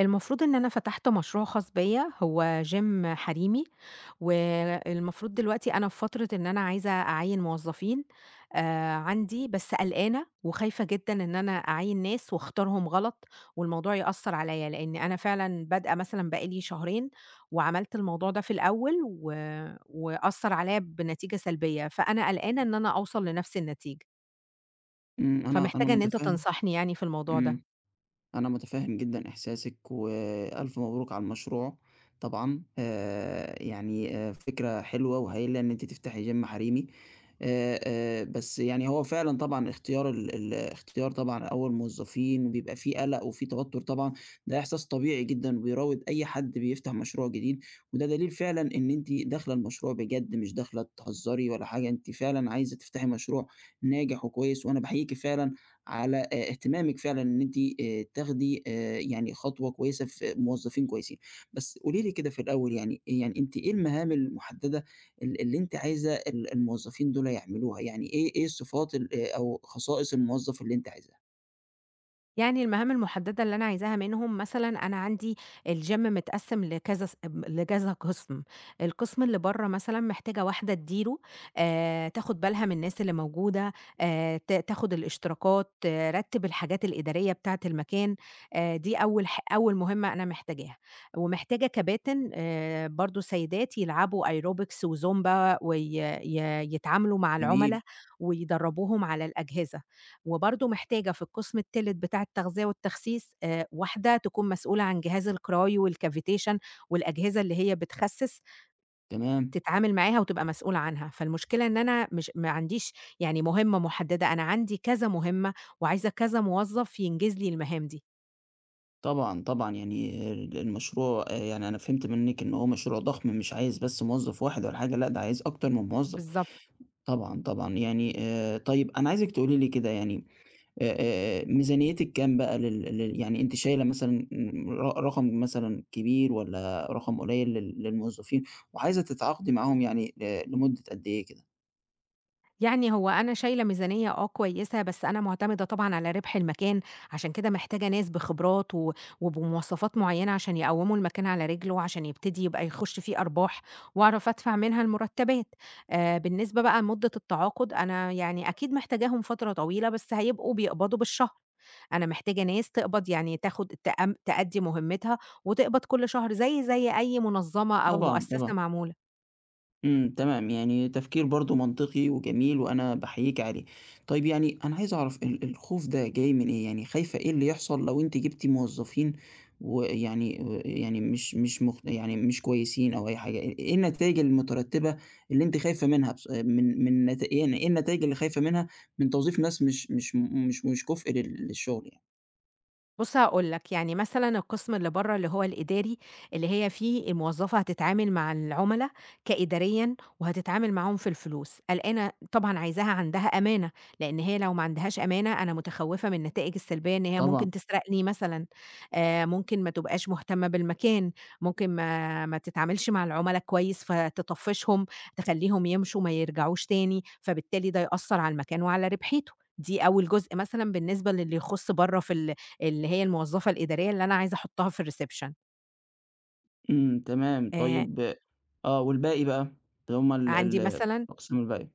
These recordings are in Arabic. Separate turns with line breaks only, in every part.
المفروض إن أنا فتحت مشروع خاص بيّا، هو gym حريمي، والمفروض دلوقتي أنا في فترة إن أنا عايزة أعيّن موظفين عندي، بس قلقانة وخايفة جدًا إن أنا أعيّن ناس واختارهم غلط، والموضوع يأثّر عليّا، لإن أنا فعلًا بادئة مثلًا بقى لي شهرين، وعملت الموضوع ده في الأول و وأثّر عليّا بنتيجة سلبية، فأنا قلقانة إن أنا أوصل لنفس النتيجة،
أنا
فمحتاجة إن أنت
متفهم.
تنصحني يعني في الموضوع ده.
إمم، أنا متفهم جدًا إحساسِك، وألف مبروك على المشروع طبعًا. يعني فكرة حلوة وهايلة إن أنتِ تفتحي gym حريمي. بس يعني هو فعلًا طبعًا اختيار ال اختيار طبعًا أول موظفين بيبقى في قلق وفي توتر طبعًا. ده إحساس طبيعي جدًا وبيراود أي حد بيفتح مشروع جديد، وده دليل فعلًا إن أنتِ داخلة المشروع بجد، مش داخلة تهزري ولا حاجة. أنتِ فعلًا عايزة تفتحي مشروع ناجح وكويس، وأنا باحييكِ فعلًا على اهتمامِك فعلًا إن أنتِ تاخدي يعني خطوة كويسة في موظفين كويسين. بس قولي لي كده في الأول، يعني أنتِ إيه المهام المحددة اللي أنتِ عايزة الموظفين دول يعملوها؟ يعني إيه الصفات ال أو خصائص الموظف اللي أنتِ عايزاها؟
يعني المهام المحددة اللي أنا عايزاها منهم مثلًا أنا عندي الgym متقسّم لكذا ص م لكذا قِسم، القِسم اللي برّه مثلًا محتاجة واحدة تديره، تاخُد بالها من الناس اللي موجودة، ت تاخُد الاشتراكات، ترتِّب الحاجات الإدارية بتاعة المكان، دي أول مهمة أنا محتاجاها، ومحتاجة كباتن برضه سيدات يلعبوا aerobics وزومبا وي ي يتعاملوا مع
جميل.
العُملا ويدرّبوهم على الأجهزة. وبرضه محتاجة في القسم التالت بتاع التغذية والتخسيس، واحدة تكون مسؤولة عن جهاز الكرايو والcavitation والأجهزة اللي هي بتخسس،
تمام.
تتعامل معاها وتبقى مسؤولة عنها. فالمشكلة إن أنا مش ما عنديش يعني مهمة محددة، أنا عندي كذا مهمة، وعايزة كذا موظف ينجز لي المهام دي.
طبعًا، طبعًا. يعني المشروع، يعني أنا فهمت منِّك إن هو مشروع ضخم، مش عايز بس موظف واحد ولا حاجة، لأ ده عايز أكتر من موظف.
بالضبط.
طبعًا، طبعًا. يعني طيب أنا عايزِك تقولي لي كده، يعني آآ، ميزانيتِك كام بقى لل يعني أنتِ شايلة مثلًا م ر رقم مثلًا كبير والّا رقم قليل للموظفين، وعايزة تتعاقدي معاهم يعني لمدة قد إيه كده؟
يعني هو أنا شايلة ميزانية كويسة، بس أنا مُعتمدة طبعًا على ربح المكان، عشان كده محتاجة ناس بخبرات و وبمواصفات معيّنة عشان يقوّموا المكان على رجله، عشان يبتدي يبقى يخُش فيه أرباح وأعرف أدفع منها المُرتّبات. بالنسبة بقى لمدة التعاقد، أنا يعني أكيد محتاجاهم فترة طويلة، بس هيبقوا بيقبضوا بالشهر، أنا محتاجة ناس تقبض يعني تاخُد تأم تأدّي مهمتها وتقبض كل شهر زي أي منظّمة أو
طبعًا،
مؤسسة
طبعًا.
معمولة.
إمم، تمام، يعني تفكير برضه منطقي وجميل، وأنا باحييكِ عليه. طيب يعني أنا عايز أعرف الخوف ده جاي من إيه؟ يعني خايفة إيه اللي يحصل لو أنتِ جبتِ موظفين ويعني يعني مش يعني مش كويسين أو أي حاجة. إيه النتايج المترتبة اللي أنتِ خايفة منها؟ بص، من من نت يعني إيه النتايج اللي خايفة منها من توظيف ناس مش مش كُفء للشغل يعني؟
بُص هاقول لك، يعني مثلًا القسم اللي برّه اللي هو الإداري، اللي هي فيه الموظفة هتتعامل مع العُملا كإداريًا وهتتعامل معاهم في الفلوس، قلقانة طبعًا عايزاها عندها أمانة، لإن هي لو ما عندهاش أمانة أنا متخوّفة من النتائج السلبية إن هي
طبعًا.
ممكن تسرقني مثلًا، ممكن ما تبقاش مهتمة بالمكان، ممكن ما تتعاملش مع العُملا كويس فتطفّشهم، تخلّيهم يمشوا ما يرجعوش تاني، فبالتالي ده يأثّر على المكان وعلى ربحيته. دي أول جزء مثلًا بالنسبة للي يخُص برّه في ال اللي هي الموظفة الإدارية اللي أنا عايزة أحطها في الreception.
إمم، تمام،
آآ،
طيب. آه، والباقي بقى؟ اللي هم ال
عندي
ال
مثلًا
الأقسام الباقية.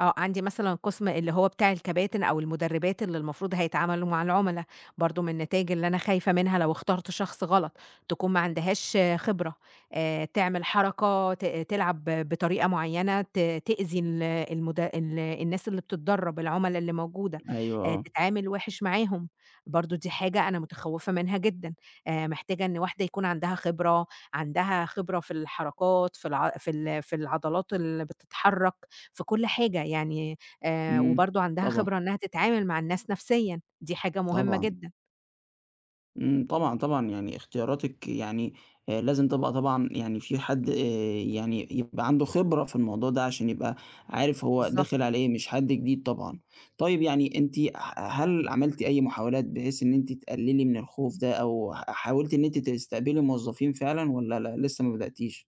عندي مثلًا قسم اللي هو بتاع الكباتن أو المدربات اللي المفروض هيتعاملوا مع العُملا، برضه من النتايج اللي أنا خايفة منها لو اخترت شخص غلط، تكون ما عندهاش خبرة، تعمل حركة تلعب بطريقة معيّنة تأذي ال المد ال الناس اللي بتتدرب، العُملا اللي موجودة،
أيوه، آه.
تتعامل وِحِش معاهم، برضه دي حاجة أنا متخوّفة منها جدًا، محتاجة إن واحدة يكون عندها خبرة، عندها خبرة في الحركات، في العضلات اللي بتتحرك، في كل حاجة يعني،
إمم،
وبرضه عندها
طبعًا،
خبرة إنها تتعامل مع الناس نفسيًا، دي حاجة مهمة
طبعًا.
جدًا.
إمم، طبعًا، طبعًا، يعني اختياراتِك يعني لازم تبقى طبعًا، يعني في حد يعني يبقى عنده خبرة في الموضوع ده، عشان يبقى عارف هو
بالضبط.
داخل على إيه، مش حد جديد طبعًا. طيب يعني أنتِ هل عملتِ أي محاولات بحيث إن أنتِ تقللي من الخوف ده، أو حاولتِ إن أنتِ تستقبلي موظفين فعلًا، والّا لأ لسه ما بدأتيش؟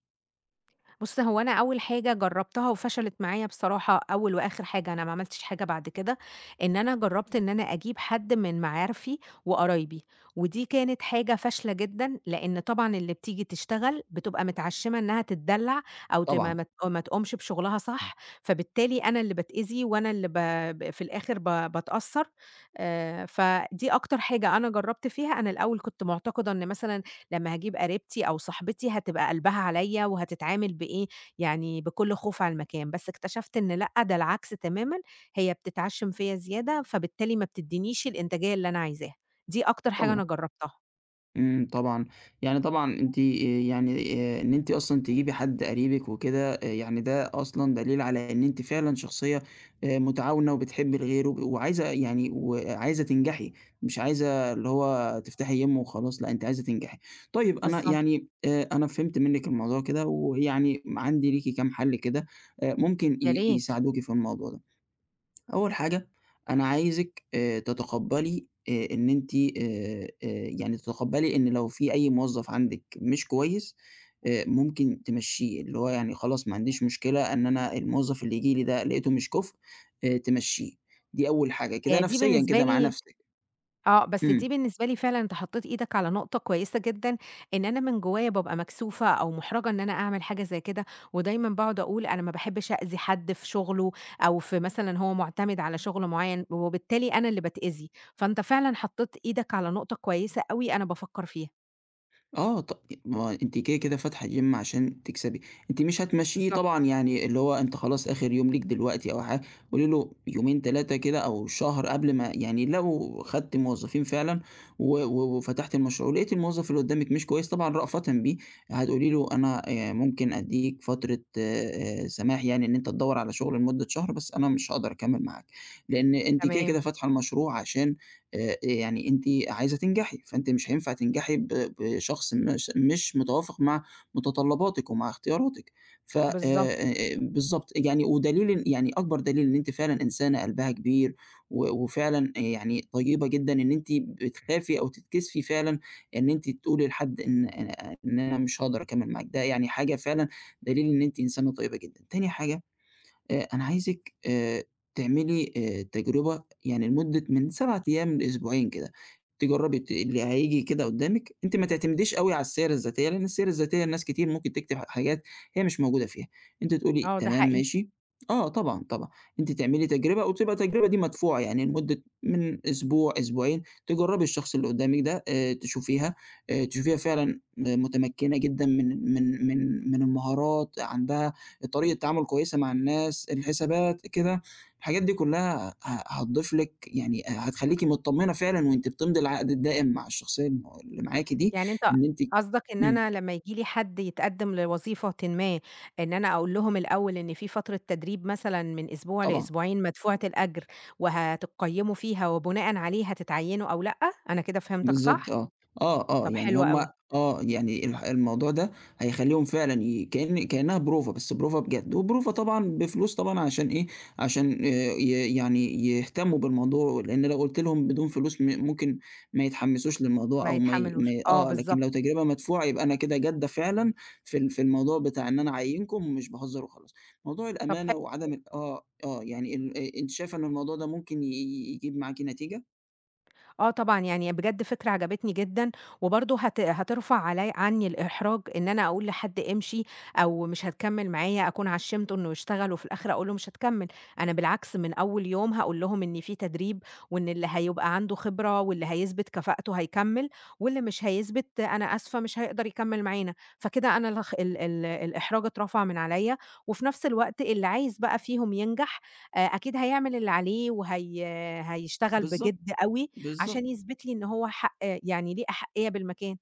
بُص، هو أنا أول حاجة جرّبتها وفشلت معايا بصراحة، أول وآخر حاجة، أنا ما عملتش حاجة بعد كده، إن أنا جرّبت إن أنا أجيب حد من معارفي وقرايبي، ودي كانت حاجة فاشلة جدًا، لإن طبعًا اللي بتيجي تشتغل بتبقى متعشمة إنها تتدلّع أو تبقى
طبعًا،
ما تقومش بشغلها صح، فبالتالي أنا اللي باتأذي، وأنا اللي ب ب في الآخر باتأثّر، فدي أكتر حاجة أنا جرّبت فيها. أنا الأول كنت مُعتقدة إن مثلًا لمّا هاجيب قريبتي أو صاحبتي هتبقى قلبها عليّا وهتتعامل بإيه، يعني بكل خوف على المكان، بس اكتشفت إن لأ، ده العكس تمامًا، هي بتتعشِّم فيّا زيادة، فبالتالي ما بتدّينيش الإنتاجية اللي أنا عايزاها، دي أكتر حاجة أنا
طبعًا.
جرّبتها.
إمم، طبعًا، يعني طبعًا أنتِ يعني إن أنتِ أصلًا تجيبي حد قريبِك وكده، يعني ده أصلًا دليل على إن أنتِ فعلًا شخصية متعاونة وبتحبي الغير وعايزة، يعني وعايزة تنجحي. مش عايزة اللي هو تفتحي يِم وخلاص، لأ أنتِ عايزة تنجحي. طيب أنا
بالضبط.
يعني أنا فهمت منِّك الموضوع كده، ويعني عندي ليكِ كام حل كده ممكن
يا ريت.
يساعدوكِ في الموضوع ده. أول حاجة أنا عايزِك تتقبّلي إن أنتِ آآ يعني تتقبّلي، إن لو في أي موظّف عندِك مش كويس، ممكن تمشّيه. اللي هو يعني خلاص، ما عنديش مشكلة إن أنا الموظّف اللي ييجي لي ده لقيته مش كُفء، تمشّيه. دي أول حاجة، كده
هي دي
نفسيًا
بالنسبة
كده مع
لي
نفسِك.
آه، بس دي
إمم.
بالنسبة لي فعلًا أنت حطيت إيدك على نقطة كويسة جدًا، إن أنا من جوايا بابقى مكسوفة أو مُحرَجة إن أنا أعمل حاجة زي كده، ودايمًا باقعد أقول أنا ما باحبش أأذي حد في شغله أو في مثلًا هو مُعتمد على شغل معيّن، وبالتالي أنا اللي باتأذي، فأنت فعلًا حطيت إيدك على نقطة كويسة أوي أنا بافكّر فيها.
آه، ما أنتِ كده، كده فاتحة gym عشان تكسبي. أنتِ مش هتمشّيه طبعًا،
بالضبط.
يعني اللي هو أنت خلاص آخر يوم ليك دلوقتي أو حاجة. قولي له يومين 3 كده أو شهر، قبل ما يعني لو خدتِ موظفين فعلًا و و وفتحتِ المشروع، ولقيتِ الموظف اللي قدامِك مش كويس، طبعًا رأفةً بيه هتقولي له أنا ممكن أدّيك فترة سماح، يعني إن أنت تدوّر على شغل لمدة شهر، بس أنا مش هاقدر أكمّل معاك. لإن أنتِ كده،
تمام.
كده فاتحة المشروع عشان يعني أنتِ عايزة تنجحي، فأنتِ مش هينفع تنجحي بشخص مش متوافق مع متطلباتِك ومع اختياراتِك. ف
بالضبط.
بالضبط. يعني ودليل إن، يعني أكبر دليل إن أنتِ فعلًا إنسانة قلبها كبير وفعلًا، يعني طيبة جدًا، إن أنتِ بتخافي أو تتكسفي فعلًا إن أنتِ تقولي لحد إن إن أنا مش هاقدر أكمّل معاك، ده يعني حاجة فعلًا دليل إن أنتِ إنسانة طيبة جدًا. تاني حاجة، أنا عايزِك تعملي تجربة، يعني لمدة من 7 أيام لأسبوعين كده. تجرّبي اللي هييجي كده قدّامِك. أنتِ ما تعتمديش أوي على السيرة الذاتية، لإن السيرة الذاتية ناس كتير ممكن تكتب حاجات هي مش موجودة فيها. أنتِ تقولي
آه، ده
تمام
حقيقي.
ماشي، آه طبعًا، طبعًا، أنتِ تعملي تجربة، وتبقى التجربة دي مدفوعة، يعني لمدة من أسبوع، أسبوعين، تجرّبي الشخص اللي قدّامِك ده تشوفيها تشوفيها فعلًا آه، متمكنة جدًا من المهارات، عندها طريقة تعامل كويسة مع الناس، الحسابات، كده. الحاجات دي كلّها هتضيف لِك، يعني هتخلّيكِ متطمنة فعلًا وأنتِ بتمضي العقد الدائم مع الشخصية اللي معاكِ دي،
يعني أنت
إن أنتِ
قصدك إن
إمم،
أنا لمّا ييجي لي حد يتقدّم لوظيفةٍ ما، إن أنا أقول لهم الأول إن في فترة تدريب مثلًا من أسبوع
طبعًا.
لأسبوعين مدفوعة الأجر، وهتقيّموا فيها وبناءً عليه هتتعيّنوا أو لأ؟ أنا كده فهمتك
بالضبط
صح؟
آه. آه، آه،
طب
يعني
حلو
هم
أوي.
آه، يعني الموضوع ده هيخلّيهم فعلًا كإن كإنها بروفة، بس بروفة بجد، وبروفة طبعًا بفلوس طبعًا. عشان إيه؟ عشان ي يعني يهتموا بالموضوع. لإن لو قُلت لهم بدون فلوس ممكن ما يتحمسوش للموضوع،
ما
أو ما ي ما
يتحملوش،
ي
آه
آه، لكن
بالضبط.
لو تجربة مدفوعة يبقى أنا كده جادة فعلًا في في الموضوع بتاع إن أنا أعيّنكم، ومش باهزر وخلاص. موضوع
طب
الأمانة وعدم آه، آه، يعني ال أ أنتِ شايفة إن الموضوع ده ممكن يجيب معاكِ نتيجة؟
آه طبعًا، يعني بجد فكرة عجبتني جدًا، وبرضه هترفع عني الإحراج، إن أنا أقول لحد امشي أو مش هتكمّل معايا، أكون عشّمته إنه يشتغل وفي الآخر أقول له مش هتكمّل. أنا بالعكس من أول يوم هاقول لهم إن في تدريب، وإن اللي هيبقى عنده خبرة واللي هيثبت كفاءته هيكمّل، واللي مش هيثبت أنا آسفة مش هيقدر يكمّل معانا، فكده أنا الخ ال ال الإحراج اترفع من عليَّ، وفي نفس الوقت اللي عايز بقى فيهم ينجح أكيد هيعمل اللي عليه هيشتغل
بالضبط،
بجد أوي
بالضبط.
عشان يثبت لي إن هو حق، يعني ليه أحَقية بالمكان.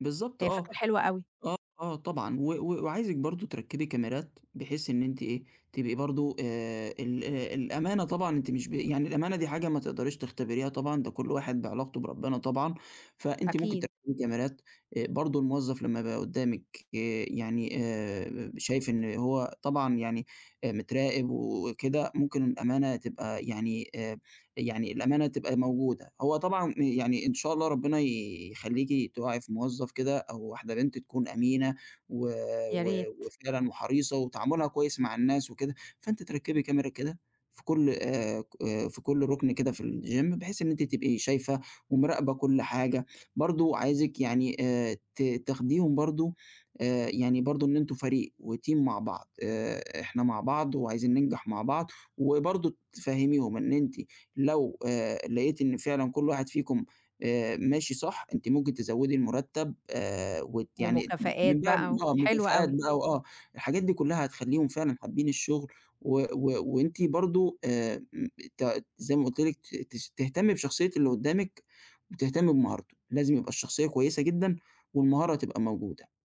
بالضبط
هي
آه.
فكرة حلوة أوي.
آه، آه طبعًا. و و وعايزِك برضه تركّبي كاميرات، بحيث إن أنتِ إيه، تبقي برضه ال الأمانة طبعًا. أنتِ مش ب يعني الأمانة دي حاجة ما تقدريش تختبريها طبعًا، ده كل واحد بعلاقته بربنا طبعًا. فأنتِ ممكن
أكيد.
تركّبي كاميرات برضه الموظف لمّا يبقى قدّامِك يعني شايف إن هو طبعًا، يعني متراقب وكده، ممكن الأمانة تبقى يعني يعني الأمانة تبقى موجودة. هو طبعًا يعني إن شاء الله ربنا يخلّيكِ تُقعي في موظف كده، أو واحدة بنت تكون أمينة و
يا
و
ريت.
وفعلًا وحريصة وتعاملها كويس مع الناس وكده. فأنتِ تركّبي كاميرا كده في كل ك في كل رُكن كده في الgym، بحيث إن أنتِ تبقي شايفة ومراقبة كل حاجة. برضه عايزِك يعني ت تاخديهم برضه يعني برضه إن أنتم فريق وteam مع بعض. إحنا مع بعض وعايزين ننجح مع بعض، وبرضه تفهّميهم إن أنتِ لو لقيتِ إن فعلًا كل واحد فيكم ماشي صح، أنتِ ممكن تزوّدي المرتب وت يعني
ومكافآت
من بقى
بقى
آه،
حلو
مكافآت
أوي.
بقى وآه. الحاجات دي كلّها هتخلّيهم فعلًا حابين الشغل. و و وأنتِ برضه م ت زي ما قُلت لِك ت تش تهتمّي بشخصية اللي قُدّامِك، وتهتمّي بمهارته. لازم يبقى الشخصية كويسة جدًا، والمهارة تبقى موجودة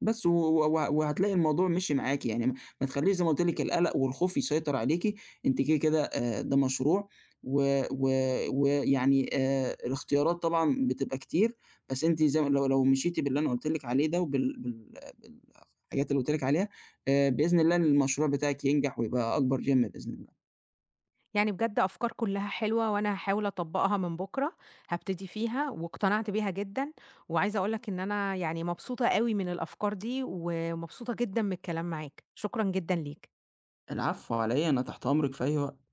بس. و و و وهتلاقي الموضوع مشي معاكِ، يعني ما ما تخلّيش زي ما قُلت لِك القلق والخوف يسيطر عليكِ. أنتِ كده، كده ده مشروع و و ويعني الاختيارات طبعًا بتبقى كتير، بس أنتِ زي ما، لو لو مشيتِ باللي أنا قُلت لِك عليه ده، وبال بال بالحاجات اللي قُلت لِك عليها، بإذن الله المشروع بتاعِك ينجح ويبقى أكبر gym بإذن الله.
يعني بجد أفكار كلّها حلوة، وأنا هاحاول أطبّقها من بُكرة، هابتدي فيها واقتنعت بيها جدًا، وعايزة أقول لك إن أنا يعني مبسوطة أوي من الأفكار دي، ومبسوطة جدًا من الكلام معاك، شكرًا جدًا ليك.
العفو على إيه، أنا تحت أمرِك في أي وقت.